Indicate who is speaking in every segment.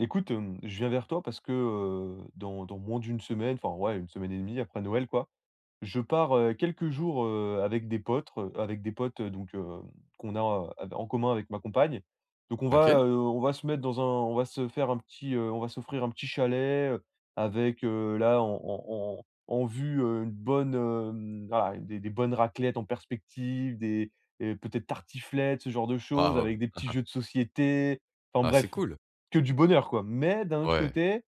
Speaker 1: Écoute, je viens vers toi parce que, dans moins d'une semaine, enfin, ouais, 1 semaine et demie après Noël, quoi, je pars, quelques jours, avec des potes, qu'on a av en commun avec ma compagne. Donc
Speaker 2: OK.
Speaker 1: on va se mettre dans un on va se faire un petit, on va s'offrir un petit chalet, avec, là, en vue, une bonne, voilà, des bonnes raclettes en perspective, des et peut-être tartiflettes, ce genre de choses,
Speaker 2: Ah,
Speaker 1: avec des petits jeux de société. Enfin
Speaker 2: ah, c'est
Speaker 1: bref,
Speaker 2: cool.
Speaker 1: que du bonheur, quoi. Mais d'un autre
Speaker 2: Ouais.
Speaker 1: côté,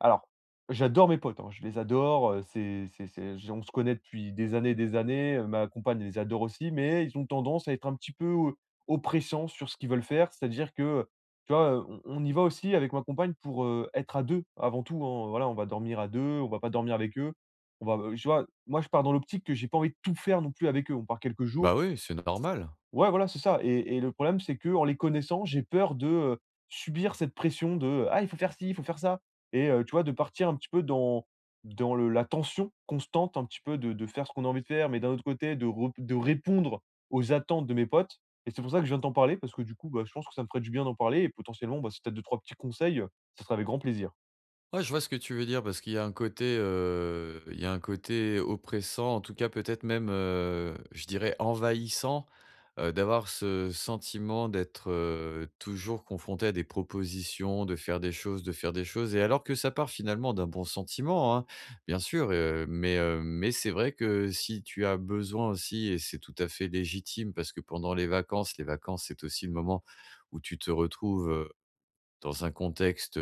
Speaker 1: alors, j'adore mes potes, hein, je les adore, c'est je on se connaît depuis des années et des années, ma compagne les adore aussi, mais ils ont tendance à être un petit peu, oppressants sur ce qu'ils veulent faire. C'est-à-dire que, tu vois, on y va aussi avec ma compagne pour, être à 2 avant tout, hein. Voilà, on va dormir à 2, on va pas dormir avec eux. On va, tu vois? Moi, je pars dans l'optique que j'ai pas envie de tout faire non plus avec eux. On part quelques
Speaker 2: Bah,
Speaker 1: jours.
Speaker 2: oui, c'est normal.
Speaker 1: Ouais, voilà, c'est ça et le problème, c'est que en les connaissant, j'ai peur de, subir cette pression de: «Ah, il faut faire ci, il faut faire ça» et tu vois, de partir un petit peu dans dans le la tension constante un petit peu de faire ce qu'on a envie de faire, mais d'un autre côté de rep de répondre aux attentes de mes potes et c'est pour ça que je viens de t'en parler parce que du coup, bah, je pense que ça me ferait du bien d'en parler et potentiellement, bah, si tu as 2-3 petits conseils, ça serait avec grand plaisir.
Speaker 2: Ouais, je vois ce que tu veux dire parce qu'il y a un côté, il y a un côté oppressant, en tout cas peut-être même, je dirais envahissant, d'avoir ce sentiment d'être, toujours confronté à des propositions, de faire des choses, de faire des choses et alors que ça part finalement d'un bon sentiment, hein, bien sûr, mais c'est vrai que si tu as besoin aussi et c'est tout à fait légitime parce que pendant les vacances, c'est aussi le moment où tu te retrouves, dans un contexte,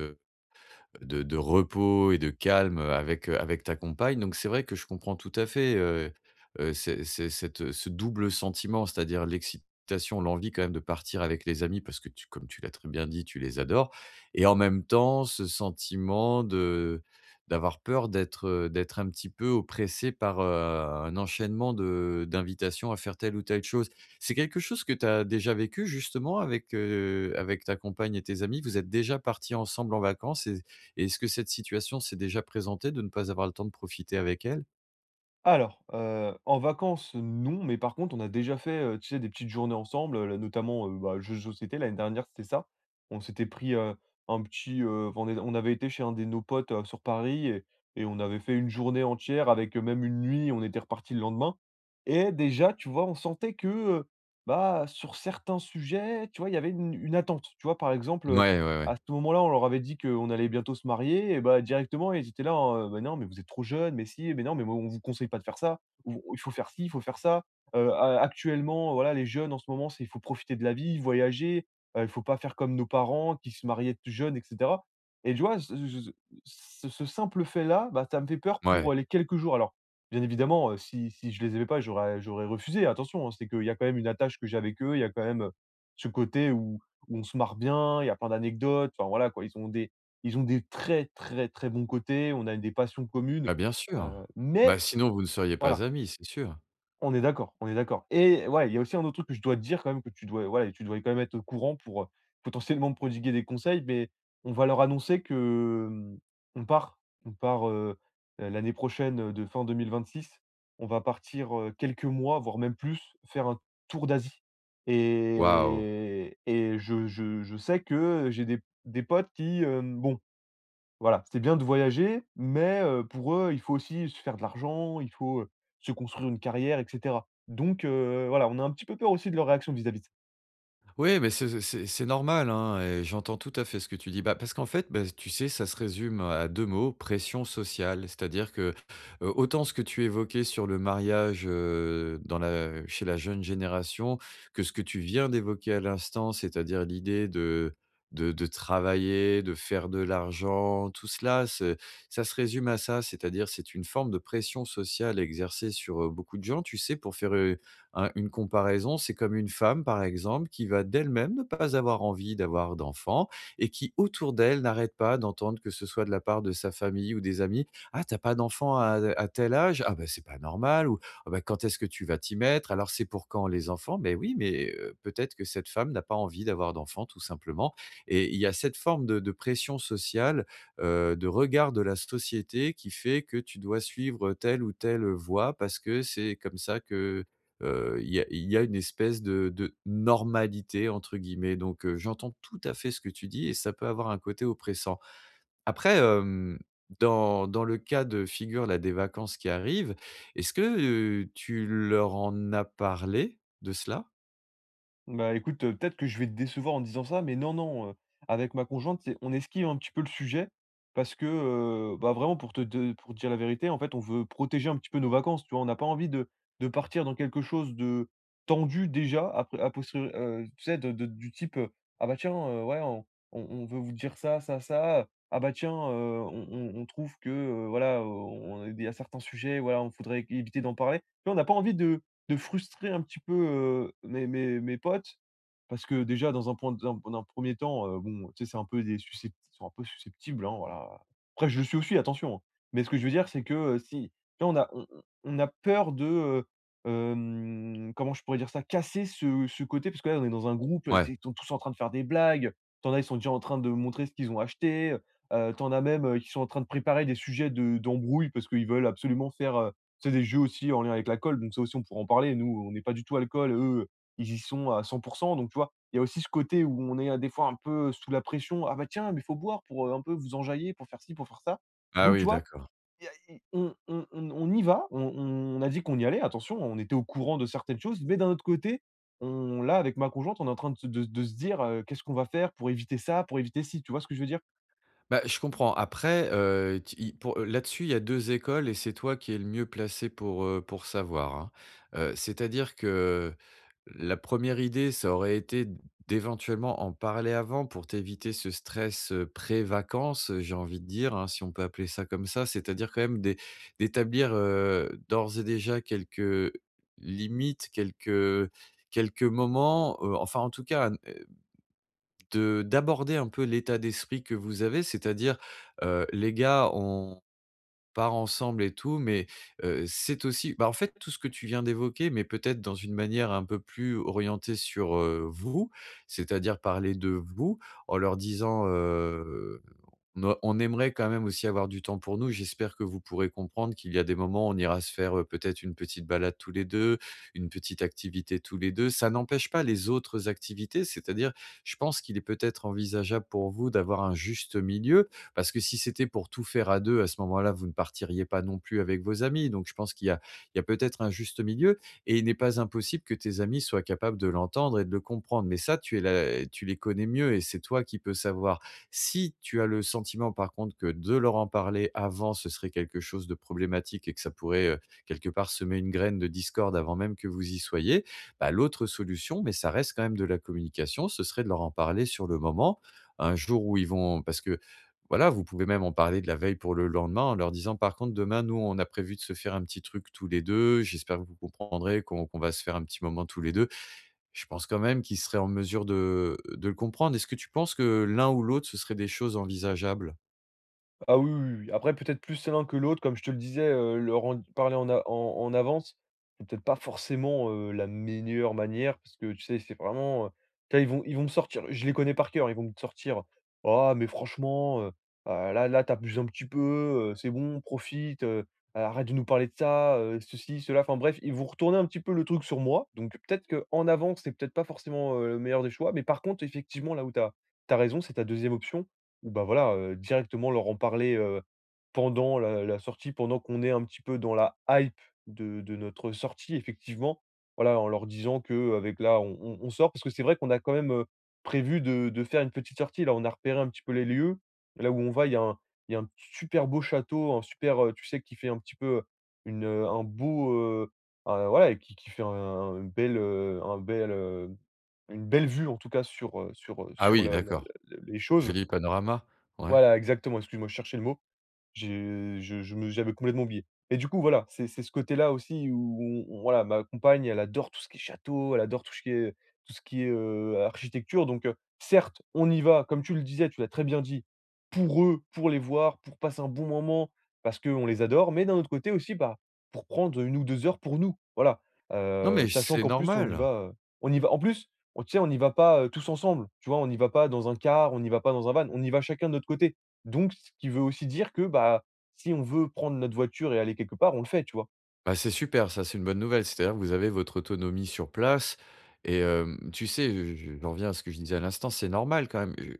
Speaker 2: de repos et de calme, avec, avec ta compagne. Donc c'est vrai que je comprends tout à fait, c'est ce double sentiment, c'est-à-dire l'excitation, l'envie quand même de partir avec les amis parce que tu comme tu l'as très bien dit, tu les adores et en même temps ce sentiment de d'avoir peur d'être, d'être un petit peu oppressé par, un enchaînement de d'invitations à faire telle ou telle chose. C'est quelque chose que tu as déjà vécu justement avec, avec ta compagne et tes amis? Vous êtes déjà partis ensemble en vacances et est-ce que cette situation s'est déjà présentée de ne pas avoir le temps de profiter avec elle?
Speaker 1: Alors, en vacances, non, mais par contre, on a déjà fait, tu sais, des petites journées ensemble, notamment, bah, jeux de société. L'année dernière, c'était ça. On s'était pris, un petit, enfin, on est on avait été chez un de nos potes, sur Paris et on avait fait une journée entière avec, même une nuit, on était reparti le lendemain et déjà, tu vois, on sentait que, heu, bah, sur certains sujets, tu vois, il y avait une attente. Tu vois, par exemple,
Speaker 2: Ouais, ouais, ouais.
Speaker 1: à ce moment-là, on leur avait dit qu'on allait bientôt se marier et bah, directement, ils étaient là en, «Bah, non, mais vous êtes trop jeunes, mais si, mais non, mais moi, on vous conseille pas de faire ça, ou il faut faire ci, il faut faire ça. A actuellement, voilà, les jeunes en ce moment, c'est il faut profiter de la vie, voyager, il faut pas faire comme nos parents qui se mariaient tout jeunes et cetera» et tu vois, ce simple fait-là, bah, ça me fait peur
Speaker 2: Ouais.
Speaker 1: pour, les quelques jours. Alors, bien évidemment, si si je les aimais pas, j'aurais refusé, attention, hein, c'est qu'il y a quand même une attache que j'ai avec eux, il y a quand même, ce côté où on se marre bien, il y a plein d'anecdotes, enfin voilà quoi. Ils ont des très, très, très bons côtés, on a des passions communes,
Speaker 2: Bah, bien sûr.
Speaker 1: mais
Speaker 2: Bah, sinon vous ne seriez pas
Speaker 1: voilà,
Speaker 2: amis, c'est sûr.
Speaker 1: on est d'accord et ouais, il y a aussi un autre truc que je dois te dire quand même que tu dois voilà, tu dois quand même être au courant pour, potentiellement me prodiguer des conseils, mais on va leur annoncer que, on part on part, l'année prochaine, de fin 2026. On va partir, quelques mois, voire même plus, faire un tour d'Asie
Speaker 2: Waouh!
Speaker 1: et je sais que, j'ai des potes qui, bon voilà, c'est bien de voyager, mais pour eux, il faut aussi se faire de l'argent, il faut, se construire une carrière et cetera. Donc voilà, on a un petit peu peur aussi de leur réaction vis-à-vis de ça.
Speaker 2: Oui, mais c'est c'est normal, hein, et j'entends tout à fait ce que tu dis. Bah, parce qu'en fait, bah, tu sais, ça se résume à 2 mots, pression sociale. C'est-à-dire que, autant ce que tu évoquais sur le mariage, dans la chez la jeune génération, que ce que tu viens d'évoquer à l'instant, c'est-à-dire l'idée de de travailler, de faire de l'argent, tout cela, ce ça se résume à ça. C'est-à-dire, c'est une forme de pression sociale exercée sur, beaucoup de gens, tu sais, pour faire, une comparaison, c'est comme une femme, par exemple, qui va d'elle-même ne pas avoir envie d'avoir d'enfants et qui, autour d'elle, n'arrête pas d'entendre que ce soit de la part de sa famille ou des amis: «Ah, t'as pas d'enfant à tel âge? Ah ben c'est pas normal» ou «Ah bah, quand est-ce que tu vas t'y mettre? Alors, c'est pour quand les enfants?» mais oui, mais peut-être que cette femme n'a pas envie d'avoir d'enfants, tout simplement et il y a cette forme de pression sociale, de regard de la société qui fait que tu dois suivre telle ou telle voie parce que c'est comme ça que il y a une espèce de «normalité» entre guillemets donc j'entends tout à fait ce que tu dis et ça peut avoir un côté oppressant. Après, dans le cas de figure là des vacances qui arrivent, est-ce que, tu leur en as parlé de cela?
Speaker 1: Bah, écoute, peut-être que je vais te décevoir en disant ça, mais non, non, avec ma conjointe, c'est on esquive un petit peu le sujet parce que, bah, vraiment pour te de pour te dire la vérité, en fait, on veut protéger un petit peu nos vacances, tu vois? On n'a pas envie de partir dans quelque chose de tendu déjà après a posteriori tu sais de du type, «Ah bah, tiens, ouais, on veut vous dire ça, ça, ça. Ah bah, tiens, on trouve que, voilà, on il y a certains sujets, voilà, on faudrait éviter d'en parler». Tu vois? On n'a pas envie de frustrer un petit peu, mes potes. Parce que déjà dans un point dans d'un 1er temps, bon, tu sais, c'est un peu des suscept ils sont un peu susceptibles, hein, voilà. Après je le suis aussi, attention, hein. Mais ce que je veux dire, c'est que, si là on a on a peur de, comment je pourrais dire ça? Casser ce côté parce que là on est dans un groupe, tu sais,
Speaker 2: Ouais.
Speaker 1: ils sont tous en train de faire des blagues, t'en as, ils sont déjà en train de montrer ce qu'ils ont acheté, tu as même, qui sont en train de préparer des sujets de d'embrouille parce qu'ils veulent absolument faire, c'est des jeux aussi en lien avec l'alcool, donc ça aussi on pourra en parler. Nous, on n'est pas du tout alcool, eux, ils y sont à 100. Donc tu vois, il y a aussi ce côté où on est, des fois un peu sous la pression: «Ah bah tiens, mais il faut boire pour, un peu vous enjailler, pour faire ci, pour faire ça».
Speaker 2: Ah
Speaker 1: Donc tu
Speaker 2: oui,
Speaker 1: vois,
Speaker 2: d'accord.
Speaker 1: y a i on y va, on a dit qu'on y allait, attention, on était au courant de certaines choses, mais d'un autre côté, on là, avec ma conjointe, on est en train de se de se dire, «Qu'est-ce qu'on va faire pour éviter ça, pour éviter ci?» Tu vois ce que je veux dire?
Speaker 2: Bah, je comprends. Après, t i pour là-dessus, il y a 2 écoles et c'est toi qui es le mieux placé pour savoir, hein. C'est-à-dire que la première idée, ça aurait été d'éventuellement en parler avant pour t'éviter ce stress, pré-vacances, j'ai envie de dire, hein, si on peut appeler ça comme ça. C'est-à-dire quand même d'établir, d'ores et déjà quelques limites, quelques quelques moments, enfin en tout cas un, de d'aborder un peu l'état d'esprit que vous avez, c'est-à-dire, les gars, part ensemble et tout, mais c'est aussi bah, en fait, tout ce que tu viens d'évoquer, mais peut-être dans une manière un peu plus orientée sur, vous, c'est-à-dire parler de vous en leur disant, «On a on aimerait quand même aussi avoir du temps pour nous. J'espère que vous pourrez comprendre qu'il y a des moments, où on ira se faire, peut-être une petite balade tous les 2, une petite activité tous les 2. Ça n'empêche pas les autres activités, c'est-à-dire, je pense qu'il est peut-être envisageable pour vous d'avoir un juste milieu, parce que si c'était pour tout faire à deux, à ce moment-là, vous ne partiriez pas non plus avec vos amis. Donc, je pense qu'il y a, il y a peut-être un juste milieu et il n'est pas impossible que tes amis soient capables de l'entendre et de le comprendre. Mais ça, tu, es là, tu les connais mieux et c'est toi qui peux savoir. Si tu as le sentiment, par contre, que de leur en parler avant, ce serait quelque chose de problématique et que ça pourrait, quelque part, semer une graine de discorde avant même que vous y soyez, bah, l'autre solution, mais ça reste quand même de la communication, ce serait de leur en parler sur le moment un jour où ils vont, parce que voilà, vous pouvez même en parler de la veille pour le lendemain en leur disant: «Par contre, demain, nous, on a prévu de se faire un petit truc tous les deux. J'espère que vous comprendrez qu'on va se faire un petit moment tous les 2. Je pense quand même qu'ils seraient en mesure de le comprendre. Est-ce que tu penses que l'un ou l'autre, ce serait des choses envisageables?
Speaker 1: Ah oui, oui, oui. Après peut-être plus l'un que l'autre, comme je te le disais, leur en parler en a en avance, c'est peut-être pas forcément, la meilleure manière parce que tu sais, c'est vraiment, tu vois, ils vont me sortir je les connais par cœur, ils vont me sortir: «Ah mais franchement, ah là là, tu abuses un petit peu, c'est bon, profite, arrête de nous parler de ça, ceci, cela». Enfin bref, ils vont retourner un petit peu le truc sur moi, donc peut-être qu'en avance, c'est peut-être pas forcément, le meilleur des choix, mais par contre effectivement là où t'as as raison, c'est ta deuxième option. Ou bah, voilà, directement leur en parler, pendant la la sortie, pendant qu'on est un petit peu dans la hype de notre sortie effectivement. Voilà, en leur disant que avec là, on sort parce que c'est vrai qu'on a quand même, prévu de faire une petite sortie. Là, on a repéré un petit peu les lieux. Là où on va, il y a un super beau château, un super, tu sais, qui fait un petit peu une, un beau, un voilà, et qui fait un bel, une belle vue en tout cas sur, sur,
Speaker 2: Ah
Speaker 1: sur
Speaker 2: oui,
Speaker 1: la la
Speaker 2: d'accord.
Speaker 1: la les choses.
Speaker 2: Joli panorama. Ouais.
Speaker 1: Voilà, exactement, excuse-moi, je cherchais le mot. J'ai je me j'avais complètement oublié. Et du coup, voilà, c'est ce côté-là aussi où on- voilà, ma compagne, elle adore tout ce qui est château, elle adore tout ce qui est, architecture donc certes, on y va, comme tu le disais, tu l'as très bien dit, pour eux, pour les voir, pour passer un bon moment, parce qu'on les adore, mais d'un autre côté aussi, bah, pour prendre 1 ou 2 heures pour nous, voilà.
Speaker 2: Non mais
Speaker 1: Sachant
Speaker 2: c'est
Speaker 1: qu'en plus,
Speaker 2: normal.
Speaker 1: on y va en plus, on tu sais, on n'y va pas, tous ensemble, tu vois? On n'y va pas dans un car, on n'y va pas dans un van, on y va chacun de notre côté. Donc ce qui veut aussi dire que, bah, si on veut prendre notre voiture et aller quelque part, on le fait, tu vois?
Speaker 2: Bah, c'est super ça, c'est une bonne nouvelle. C'est-à-dire que vous avez votre autonomie sur place et tu sais, je j'en reviens à ce que je disais à l'instant, c'est normal quand même.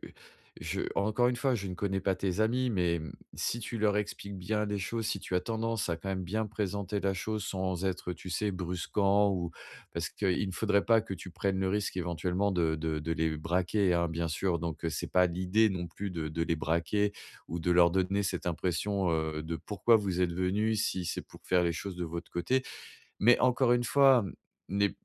Speaker 2: Je encore une fois, je ne connais pas tes amis, mais mmh, si tu leur expliques bien les choses, si tu as tendance à quand même bien présenter la chose sans être, tu sais, brusquant ou parce qu'il ne faudrait pas que tu prennes le risque éventuellement de de les braquer, hein, bien sûr. Donc, c'est pas l'idée non plus de les braquer ou de leur donner cette impression, de pourquoi vous êtes venu si c'est pour faire les choses de votre côté. Mais encore une fois, mmh, les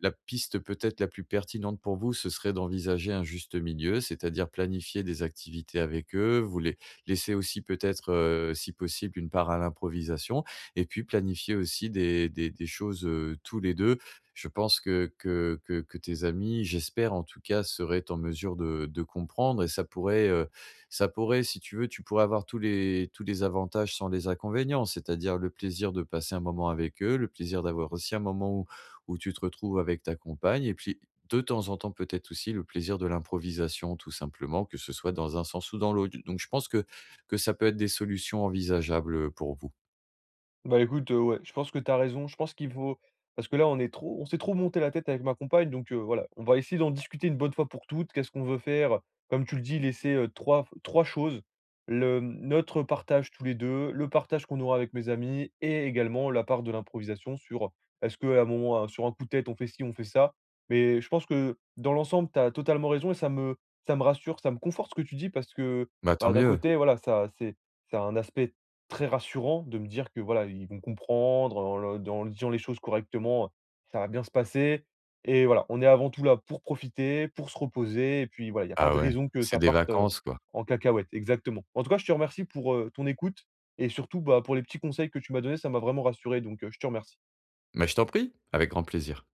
Speaker 2: la piste peut-être la plus pertinente pour vous, ce serait d'envisager un juste milieu, c'est-à-dire planifier des activités avec eux, vous les laisser aussi peut-être, si possible, une part à l'improvisation et puis planifier aussi des des choses, tous les 2. Je pense que tes amis, j'espère en tout cas, seraient en mesure de comprendre et ça pourrait, si tu veux, tu pourrais avoir tous les avantages sans les inconvénients, c'est-à-dire le plaisir de passer un moment avec eux, le plaisir d'avoir aussi un moment où où tu te retrouves avec ta compagne et puis de temps en temps, peut-être aussi le plaisir de l'improvisation tout simplement, que ce soit dans un sens ou dans l'autre. Donc je pense que ça peut être des solutions envisageables, pour vous.
Speaker 1: Bah, écoute, ouais, je pense que tu as raison. Je pense qu'il faut parce que là, on est trop on s'est trop monté la tête avec ma compagne, donc voilà, on va essayer d'en discuter une bonne fois pour toutes. Qu'est-ce qu'on veut faire? Comme tu le dis, laisser, 3 f choses. Le notre partage tous les 2 le partage qu'on aura avec mes amis et également la part de l'improvisation sur est-ce qu'à un moment, un sur un coup de tête, on fait ci, on fait ça. Mais je pense que dans l'ensemble, tu as totalement raison et ça me rassure, ça me conforte ce que tu dis parce que,
Speaker 2: Bah, tant
Speaker 1: bah, d'un
Speaker 2: mieux.
Speaker 1: côté, voilà, ça a un aspect très rassurant de me dire que voilà, ils vont comprendre en le en disant les choses correctement, ça va bien se passer et voilà, on est avant tout là pour profiter, pour se reposer et puis voilà, il y a pas de
Speaker 2: Ah ouais,
Speaker 1: raison que
Speaker 2: c'est
Speaker 1: ça
Speaker 2: des
Speaker 1: parte,
Speaker 2: vacances, quoi.
Speaker 1: en cacahuète. Exactement. En tout cas, je te remercie pour, ton écoute et surtout, bah, pour les petits conseils que tu m'as donnés, ça m'a vraiment rassuré donc, je te remercie.
Speaker 2: Mais je t'en prie, avec grand plaisir.